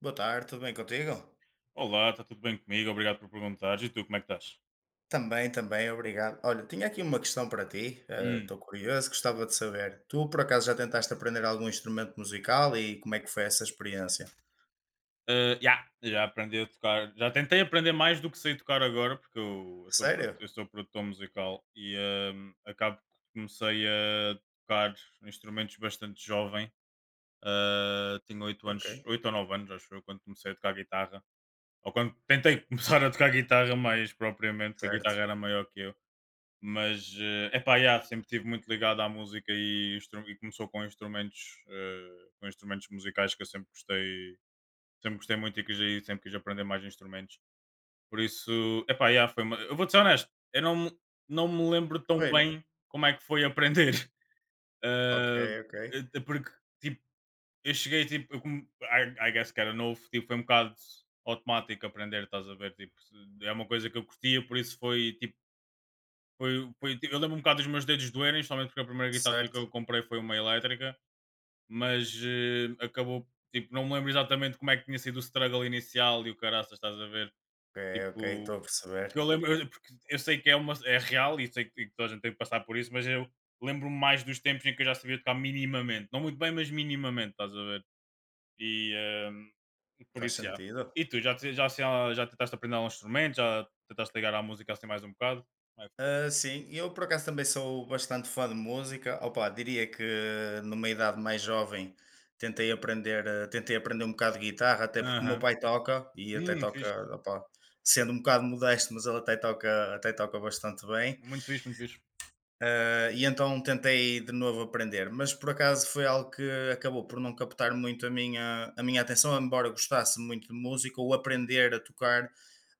Boa tarde, tudo bem contigo? Olá, está tudo bem comigo? Obrigado por perguntares. E tu, como é que estás? Também, também, obrigado. Olha, tinha aqui uma questão para ti, Hum, estou curioso, gostava de saber. Tu por acaso já tentaste aprender algum instrumento musical e como é que foi essa experiência? já aprendi a tocar. Já tentei aprender mais do que sei tocar agora, porque eu sou, produ- Sério? eu sou produtor musical e acabo que comecei a tocar instrumentos bastante jovem. Tinha oito Ok, anos, 8 ou 9 anos, acho eu, quando comecei a tocar guitarra. Ou quando tentei começar a tocar guitarra mais propriamente, que a guitarra certo. era maior que eu. Mas, epá, yeah, sempre estive muito ligado à música e, e começou com instrumentos, com instrumentos musicais que eu sempre gostei muito e quis, e sempre quis aprender mais instrumentos. Por isso, epá, yeah, foi uma eu vou-te ser honesto, eu não, me- não me lembro tão Coelho. bem como é que foi aprender. Ok, Eh, ok. Porque, tipo, eu cheguei, tipo, I guess que era novo, tipo, foi um bocado automático aprender, estás a ver? Tipo, é uma coisa que eu curtia, por isso foi, tipo, foi tipo, eu lembro um bocado dos meus dedos doerem, somente porque a primeira guitarra que Certo. eu comprei foi uma elétrica, mas, acabou tipo, não me lembro exatamente como é que tinha sido o struggle inicial e o caraças, estás a ver? Ok, ok, estou Tipo, a perceber. que eu lembro eu porque eu sei que é uma é real e sei que toda a gente tem que passar por isso, mas eu lembro-me mais dos tempos em que eu já sabia tocar minimamente, não muito bem, mas minimamente, estás a ver? E, por Faz isso já. sentido. E tu, já assim, já tentaste aprender algum instrumento? Já tentaste ligar à música assim mais um bocado? Como é que foi? Ah, sim, eu por acaso também sou bastante fã de música. Opa, diria que numa idade mais jovem tentei aprender um bocado de guitarra, até porque o meu Aham. pai toca e até toca, Fixe. opa, sendo um bocado modesto, mas ele até toca bastante bem. Muito fixe, muito fixe. Ah, e então tentei de novo aprender, mas por acaso foi algo que acabou por não captar muito a minha atenção, embora gostasse muito de música, ou aprender a tocar,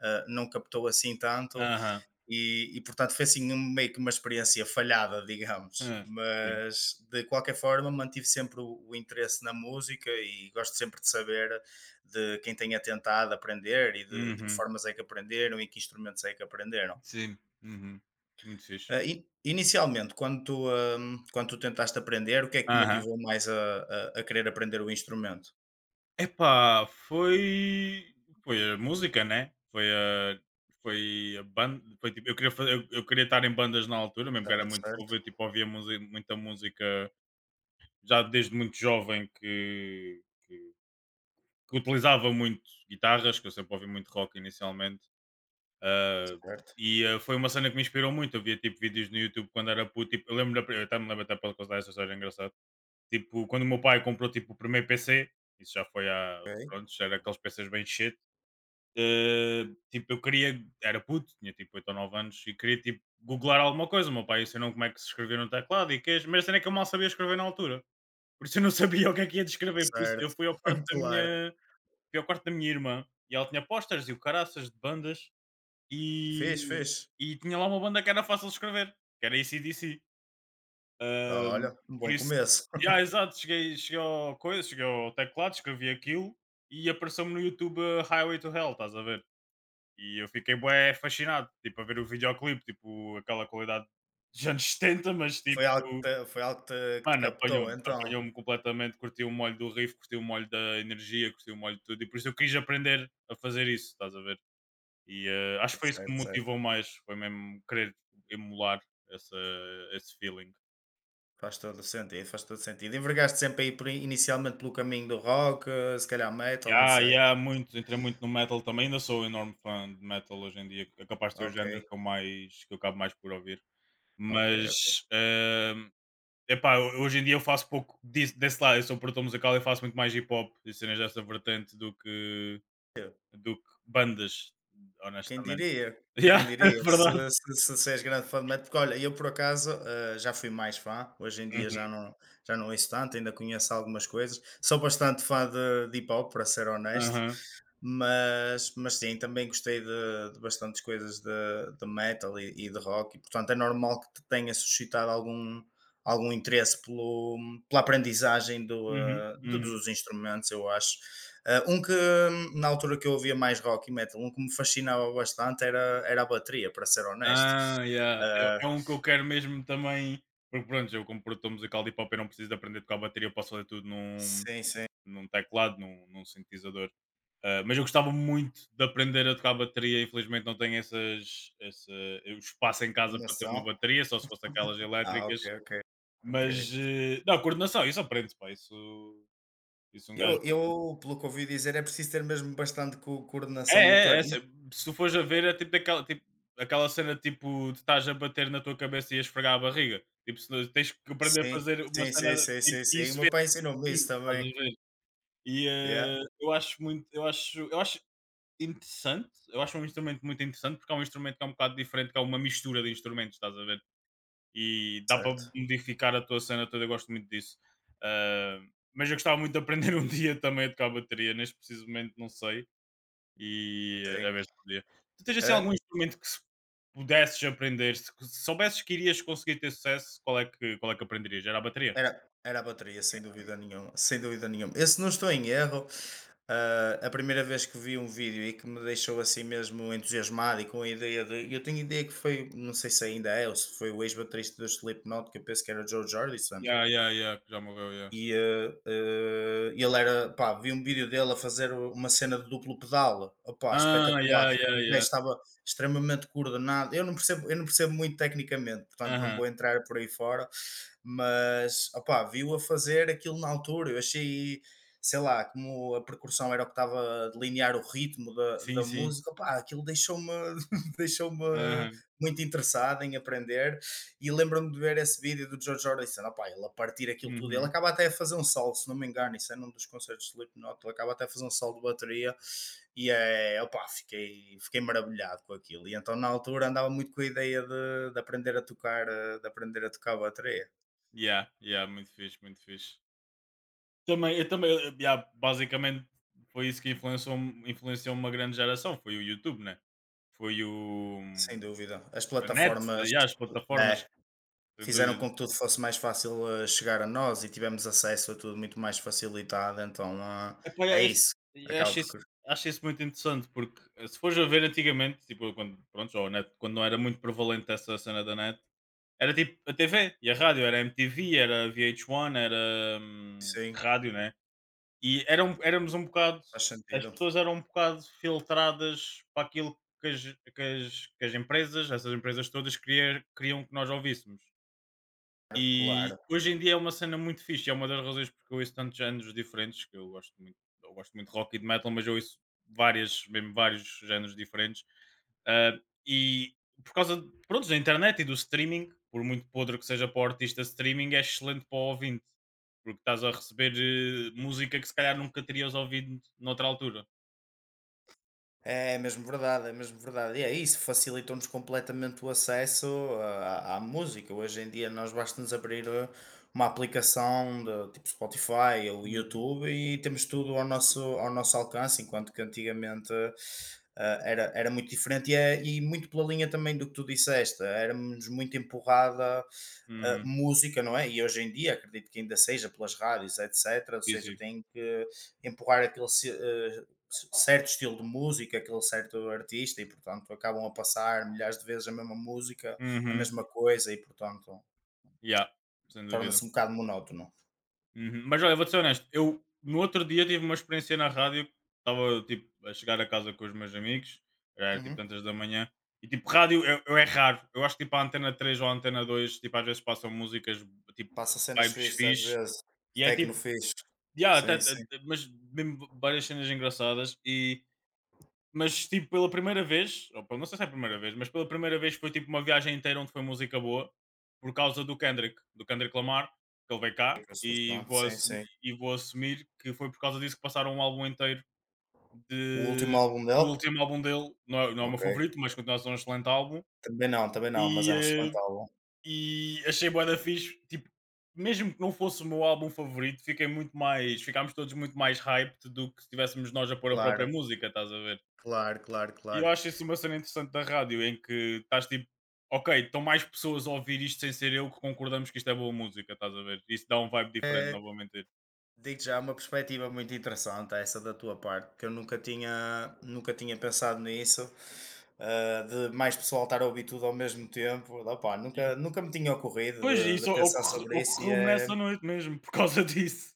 não captou assim tanto. Aham. E, portanto foi assim meio que uma experiência falhada, digamos, Hã. Sim. mas de qualquer forma mantive sempre o interesse na música e gosto sempre de saber de quem tenha tentado aprender e de que Uhum. formas é que aprenderam e que instrumentos é que aprenderam. Sim. Uhum. Muito fixe. Ah, inicialmente, quando quando tu tentaste aprender, o que é que te Aham. motivou mais a querer aprender o instrumento? Epá, foi a música, né, foi a banda foi tipo eu queria fa eu queria estar em bandas na altura, mesmo que era Certo, muito certo, novo, eu tipo ouvia musi muita música já desde muito jovem que utilizava muito guitarras, que eu sempre ouvi muito rock inicialmente. Ah, certo, foi uma cena que me inspirou muito. Eu via tipo vídeos no YouTube quando era puto. Tipo, eu lembro, eu até me lembro até para contar essa história engraçada. Tipo, quando o meu pai comprou tipo, o primeiro PC, isso já foi há. ok. Pronto, já era aqueles PCs bem shit. ah, tipo, eu queria, era puto, tinha tipo 8 ou 9 anos e queria tipo googlar alguma coisa. O meu pai ensinou como é que se escrevia no teclado e queijo, mas a cena é que eu mal sabia escrever na altura. Por isso eu não sabia o que é que ia descrever. Por isso eu Certo, fui ao quarto da claro. minha, fui ao quarto da minha irmã e ela tinha posters e o caraças de bandas e Fez, fez. e tinha lá uma banda que era fácil de escrever, que era AC/DC. Hum, Olha, um por bom isso começo. yeah, exato, cheguei ao teclado, escrevi aquilo e apareceu-me no YouTube a Highway to Hell, estás a ver? E eu fiquei bué fascinado, tipo, a ver o videoclipe, tipo, aquela qualidade dos anos 70, mas Foi algo que tipo, te foi algo que te mano, captou apanhou-me, então? apanhou-me completamente, curti o molho do riff, curti o molho da energia, curti o molho de tudo e por isso eu quis aprender a fazer isso, estás a ver? E acho que foi isso que Certo, me certo. motivou mais, foi mesmo querer emular essa, esse feeling. Faz todo o sentido, faz todo o sentido. Envergaste sempre aí por inicialmente pelo caminho do rock, se calhar E metal, não há sei. e há muito, entrei muito no metal também, ainda sou um enorme fã de metal hoje em dia, é capaz de ser o Ok, género que eu acabo mais por ouvir. ok, Mas, epá, hoje em dia eu faço pouco disso, desse lado, eu sou produtor musical e faço muito mais hip hop e cenas dessa vertente ok. do que bandas, Quem honestamente. diria? Quem Yeah, é diria? Verdade. Se és grande fã de Matt, porque olha, eu por acaso já fui mais fã, hoje em dia Uhum, já não ouço tanto, ainda conheço algumas coisas. Sou bastante fã de hip hop, para ser honesto, aham, mas sim, também gostei de bastantes coisas de metal e de rock, e portanto é normal que te tenha suscitado algum interesse pelo, pela aprendizagem uhum, uhum. dos instrumentos, eu acho. Ah, um que na altura que eu ouvia mais rock e metal, um que me fascinava bastante era a bateria, para ser honesto. Yeah. Eu- Ah, É um que eu quero mesmo também, porque pronto, eu como produtor musical de hip hop eu não preciso de aprender a tocar bateria, eu posso fazer tudo sim, sim. num teclado, num sintetizador. Mas eu gostava muito de aprender a tocar bateria, infelizmente não tenho esse, o espaço em casa para ter Formação? uma bateria, só se fosse aquelas Ah, ok, elétricas, ok. Ok. mas não, coordenação, isso aprende-se, pá, isso um gajo Pelo que ouvi dizer, é preciso ter mesmo bastante coordenação motora. Se se tu fores a ver, é tipo daquela tipo aquela cena, tipo, de estás a bater na tua cabeça e a esfregar a barriga. Tipo, se não tens que aprender a Sim, fazer uma sim, cena sim, sim, de sim, tipo, e sim. O isso meu vende pai ensinou-me isso estás a também. ver? E, Yeah, eu acho interessante, eu acho um instrumento muito interessante, porque é um instrumento que é um bocado diferente, que é uma mistura de instrumentos, estás a ver? E dá para certo. modificar a tua cena toda, eu gosto muito disso. Ah, mas eu gostava muito de aprender um dia também a tocar bateria, neste preciso momento não sei, e a Sim. ver se podia. Tu tens assim Eh, algum instrumento que se pudesses aprender, se que se soubesses que irias conseguir ter sucesso, qual é que aprenderias? Era a bateria? Era, a bateria, sem dúvida nenhuma, sem dúvida nenhuma. Esse não estou em erro, a primeira vez que vi um vídeo e que me deixou assim mesmo entusiasmado e com a ideia de. Eu tenho ideia que foi, não sei se ainda é, ou se foi o ex-baterista do Slipknot, que eu penso que era o Joe Jordison, Yeah, yeah, yeah, que já morreu, yeah. Ele era, pá, vi um vídeo dele a fazer uma cena de duplo pedal, opá, Ah, espetacular, yeah, yeah, tipo, o gajo yeah. estava extremamente coordenado. Eu não percebo muito tecnicamente, portanto, não Aham. vou entrar por aí fora, mas, opá, viu a fazer aquilo na altura, eu achei, sei lá, como a percussão era o que estava a delinear o ritmo Sim, da sim. música, opá, aquilo deixou-me deixou-me Aham. muito interessado em aprender e lembro-me de ver esse vídeo do George Orison, opá, ele a partir aquilo tudo, ele Uhum. acaba até a fazer um salto, se não me engano, isso é num dos concertos de Slipknot, ele acaba até a fazer um salto de bateria e é, opá, fiquei maravilhado com aquilo. E então na altura andava muito com a ideia de aprender a tocar bateria, Yeah, ya, muito fixe, muito fixe. Ya, basicamente foi isso que influenciou uma grande geração, foi o YouTube, né? Foi o sem dúvida. As a net, plataformas ya, as plataformas, é, sem fizeram dúvida. com que tudo fosse mais fácil chegar a nós e tivemos acesso a tudo muito mais facilitado, então Epá, é yeah, isso, e acaba acho por... isso, acho isso muito interessante, porque se fores a ver antigamente, tipo, quando, pronto, ou net, quando não era muito prevalente essa cena da net, era tipo a TV e a rádio, era MTV, era VH1, era Sim, rádio, né? E eram, éramos um bocado, faz as sentido, pessoas eram um bocado filtradas para aquilo que as empresas, essas empresas todas, queriam que nós ouvíssemos. claro. E Claro. hoje em dia é uma cena muito fixe, e é uma das razões porque eu ouço tantos géneros diferentes, que eu gosto muito de rock e de metal, mas eu ouço várias, mesmo vários géneros diferentes. Ah, e por causa de pronto, da internet e do streaming, por muito podre que seja para o artista, streaming é excelente para o ouvinte, porque estás a receber música que se calhar nunca terias ouvido noutra altura. É mesmo verdade, é mesmo verdade. E é isso, facilitou-nos completamente o acesso, à música. Hoje em dia nós basta-nos abrir, uma aplicação de, tipo Spotify ou Uhum. YouTube, e temos tudo ao nosso alcance, enquanto que antigamente era muito diferente e muito pela linha também do que tu disseste, éramos muito empurrada Uhum. música, não é? E hoje em dia, acredito que ainda seja pelas rádios, etc. Ou seja, Easy. tem que empurrar aquele certo estilo de música, aquele certo artista, e portanto acabam a passar milhares de vezes a mesma música, a mesma Uhum. coisa, e portanto Yeah, sem torna-se dúvida. um bocado monótono. Uhum. Mas olha, vou ser honesto, eu no outro dia tive uma experiência na rádio, estava tipo a chegar a casa com os meus amigos, já era tipo Uhum. tantas da manhã, e tipo rádio eu é raro, eu acho que tipo a antena 3 ou a antena 2 tipo às vezes passam músicas tipo Passa cenas vibes fixas às fixe, vezes, e é tecno tipo, fixe, yeah, sim, sim, mas mesmo várias cenas engraçadas, e mas, tipo, pela primeira vez, não sei se é a primeira vez, mas pela primeira vez foi tipo uma viagem inteira onde foi música boa, por causa do Kendrick Lamar, que ele veio cá, bastante, sim, sim. e vou assumir que foi por causa disso que passaram um álbum inteiro O último de. álbum O dele? último álbum dele, não é, não é o meu Ok. favorito, mas continua a ser um excelente álbum, Também não, mas e, é um excelente álbum. e achei bué da fixe, tipo, mesmo que não fosse o meu álbum favorito, fiquei muito mais, ficámos todos muito mais hyped do que se estivéssemos nós a pôr a própria Claro, música, estás a ver? claro, claro, E eu claro. acho isso uma cena interessante da rádio, em que estás tipo, ok, estão mais pessoas a ouvir isto sem ser eu que concordamos que isto é boa música, estás a ver? Isso dá um vibe diferente, não É, vou mentir. digo já, é uma perspectiva muito interessante essa da tua parte, porque eu nunca tinha pensado nisso, ah, de mais pessoal estar a ouvir tudo ao mesmo tempo. Opá, E- nunca me tinha ocorrido Pois, de pensar sobre isso e ocorreu-me é. nessa noite mesmo, por causa disso.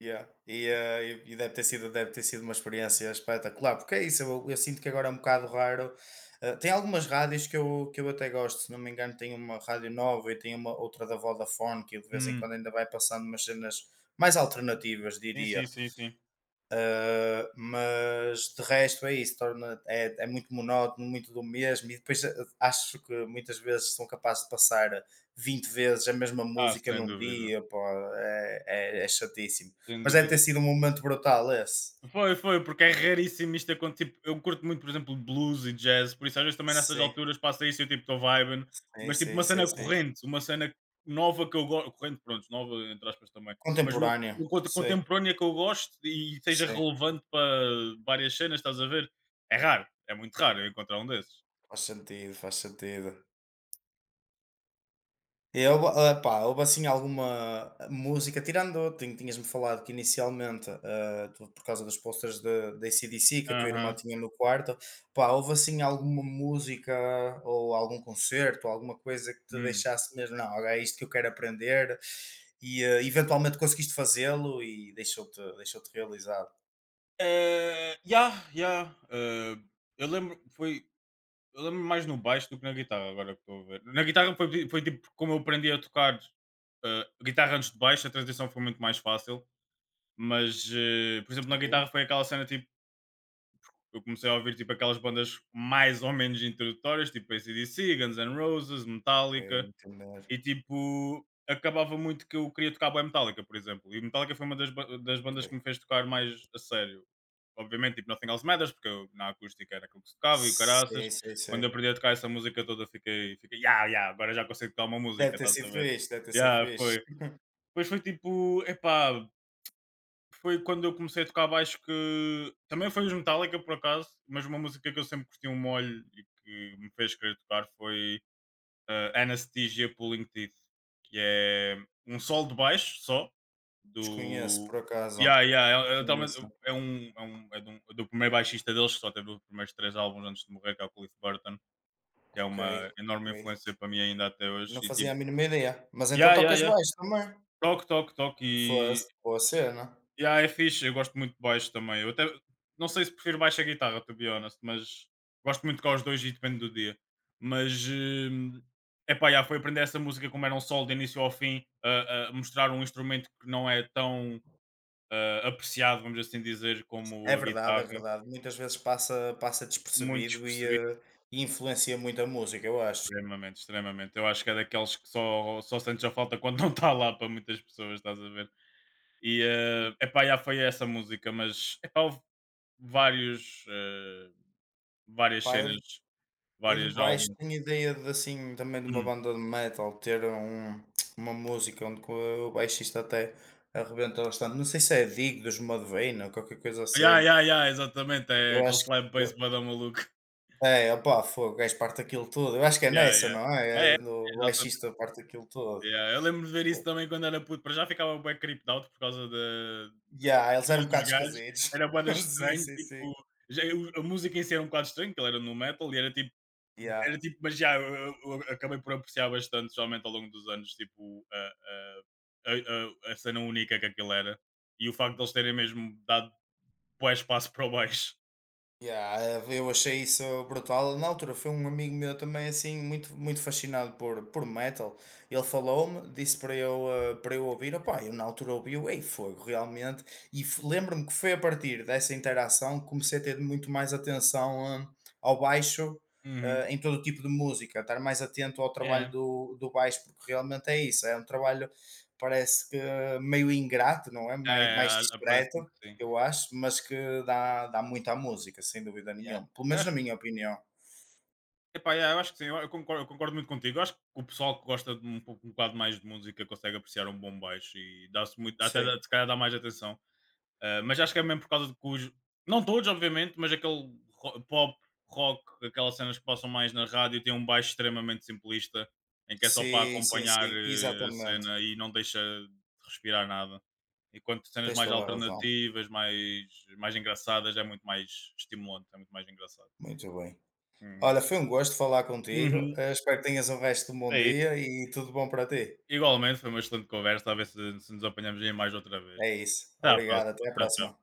Yeah. E deve ter sido, uma experiência espetacular, porque é isso, eu sinto que agora é um bocado raro. Ah, tem algumas rádios que eu, até gosto, se não me engano, tem uma rádio nova e tem uma outra da Vodafone que de vez em Hum, quando ainda vai passando umas cenas mais alternativas, Sim, diria. sim, sim, sim. Mas de resto é isso, é muito monótono, muito do mesmo, e depois, acho que muitas vezes são capazes de passar 20 vezes a mesma Ah, música sem num dúvida. dia, pá, é, é chatíssimo. Sem Mas deve ter dúvida. sido um momento brutal esse. Foi, foi, porque é raríssimo isto acontecer. Tipo, eu curto muito, por exemplo, blues e jazz, por isso às vezes também nessas Sim, alturas passa isso e eu tipo estou vibing, sim, mas tipo sim, uma sim, cena sim. corrente, uma cena nova que eu gosto, corrente, pronto, nova entre aspas também, mas Contemporâneo, uma coisa sim, contemporânea que eu gosto e seja sim, relevante para várias cenas, estás a ver? É raro, é muito raro eu encontrar um desses. faz sentido, faz sentido. Pá, houve assim alguma música, tirando, tinhas-me falado que inicialmente, por causa dos posters da AC/DC que a tua irmã Aham. tinha no quarto, pá, houve assim alguma música ou algum concerto, alguma coisa que te Hum. deixasse mesmo, não, agora é isto que eu quero aprender e eventualmente conseguiste fazê-lo e deixou-te realizado. Yeah, yeah. Eu lembro, foi Eu lembro mais no baixo do que na guitarra, agora que estou a ver. Na guitarra foi tipo como eu aprendi a tocar guitarra antes de baixo, a transição foi muito mais fácil. Mas, por exemplo, na Ok, guitarra foi aquela cena tipo. Eu comecei a ouvir tipo aquelas bandas mais ou menos introdutórias, tipo AC/DC, Guns N' Roses, ok, Metallica. entender. E tipo, acabava muito que eu queria tocar bué Metallica, por exemplo. E Metallica foi uma das, das Ok. bandas que me fez tocar mais a sério. Obviamente, tipo, Nothing Else Matters, porque eu, na acústica era aquilo que se tocava e o Sei, caraças. sei, Quando sei. eu aprendi a tocar essa música toda, fiquei, yeah, yeah, agora já consigo tocar uma música, Deve ter estás a sido ver? fixe, deve ter sido Yeah, fixe. foi. Depois foi tipo, epá, foi quando eu comecei a tocar baixo que. Também foi os Metallica, por acaso, mas uma música que eu sempre curti um molho e que me fez querer tocar foi Anesthesia Pulling Teeth, que é um solo de baixo só Desconheço, do. por acaso. Yeah, yeah, Conheço. É um, é, um, é do primeiro baixista deles, que só teve os primeiros três álbuns antes de morrer, que é o Cliff Burton, que é Ok, uma ok. enorme influência para mim ainda até Não hoje. E fazia a tipo, mínima ideia. Mas então yeah, yeah, tocas yeah. baixo também. Toco. E Fosse, boa cena. yeah, é fixe, eu gosto muito de baixo também. Eu até não sei se prefiro baixo a guitarra, to be honest, mas gosto muito com os dois e depende do dia. Mas é pá, yeah, foi aprender essa música como era um solo de início ao fim, a mostrar um instrumento que não é tão apreciado, vamos assim dizer, como É a verdade, é guitarra. verdade. Muitas vezes passa Muito despercebido e, despercebido, e influencia muito a música, eu acho. extremamente, extremamente. Eu acho que é daqueles que só sentes a falta quando não está lá para muitas pessoas, estás a ver? E é epá, já foi essa música, mas epá, houve vários. Várias Pá, cenas, eu de várias baixo almas. tenho ideia de, assim, também de uma Hum. banda de metal ter uma música onde o baixista até arrebenta bastante. Não sei se é Dig dos Mudvayne ou qualquer coisa Yeah, assim. yeah, yeah, exatamente, é Eu aquele acho slap que. Bass bué da maluco. É, opá, fogo, o gajo parte aquilo tudo. Eu acho que é Yeah, nessa, yeah. não é? É, É é, do exatamente. baixista parte aquilo tudo. Yeah, eu lembro de ver isso Bom, também quando era puto, para já ficava bem creeped out por causa da yeah, das eles eram um cenas dos bocado gajos, esquisitos. era bué da Sim, estranho, sim, sim. tipo, já eu a música em si era um bocado estranho, que ele era no metal e Yeah. era tipo mas já, eu eu acabei por apreciar bastante, especialmente ao longo dos anos, tipo, a a a a cena única que aquilo era, e o facto de eles terem mesmo dado bué espaço para o baixo. Yeah, eu achei isso brutal. Na altura foi um amigo meu também assim muito muito fascinado por metal. Ele falou-me, disse para eu ouvir. Opá, eu na altura ouvi o Ei Fogo realmente e lembro-me que foi a partir dessa interação que comecei a ter muito mais atenção, ao baixo, Uhum. em todo tipo de música, estar mais atento ao trabalho É. Do baixo, porque realmente é isso, é um trabalho, parece que, meio ingrato, não é? É, Mais é, é, parece-me discreto que sim. eu acho, mas que dá muito à música, sem dúvida Yeah. nenhuma, pelo Eu menos na acho, minha opinião. epá, yeah, eu acho que sim, eu concordo, eu concordo muito contigo. Eu acho que o pessoal que gosta de um pouco um bocado mais de música consegue apreciar um bom baixo e dá-se muito, até Sim. Se calhar dá mais atenção. Ah, mas acho que é mesmo por causa de cujo. Não todos, obviamente, mas aquele pop, rock, aquelas cenas que passam mais na rádio, tem um baixo extremamente simplista, em que é só para Sim, sim, acompanhar sim, a exatamente. cena e não deixa de respirar nada. Enquanto cenas Tens mais toda a razão. alternativas, mais, mais engraçadas, é muito mais estimulante, é muito mais engraçado. Muito bem. Uhum. Olha, foi um gosto falar contigo, Uhum. Espero que tenhas um resto de um bom É isso. dia e tudo bom para ti. Igualmente, foi uma excelente conversa, a ver se, se nos apanhamos aí mais outra vez. É isso. Até à Obrigado, próxima. até à Tchau, próxima. tchau.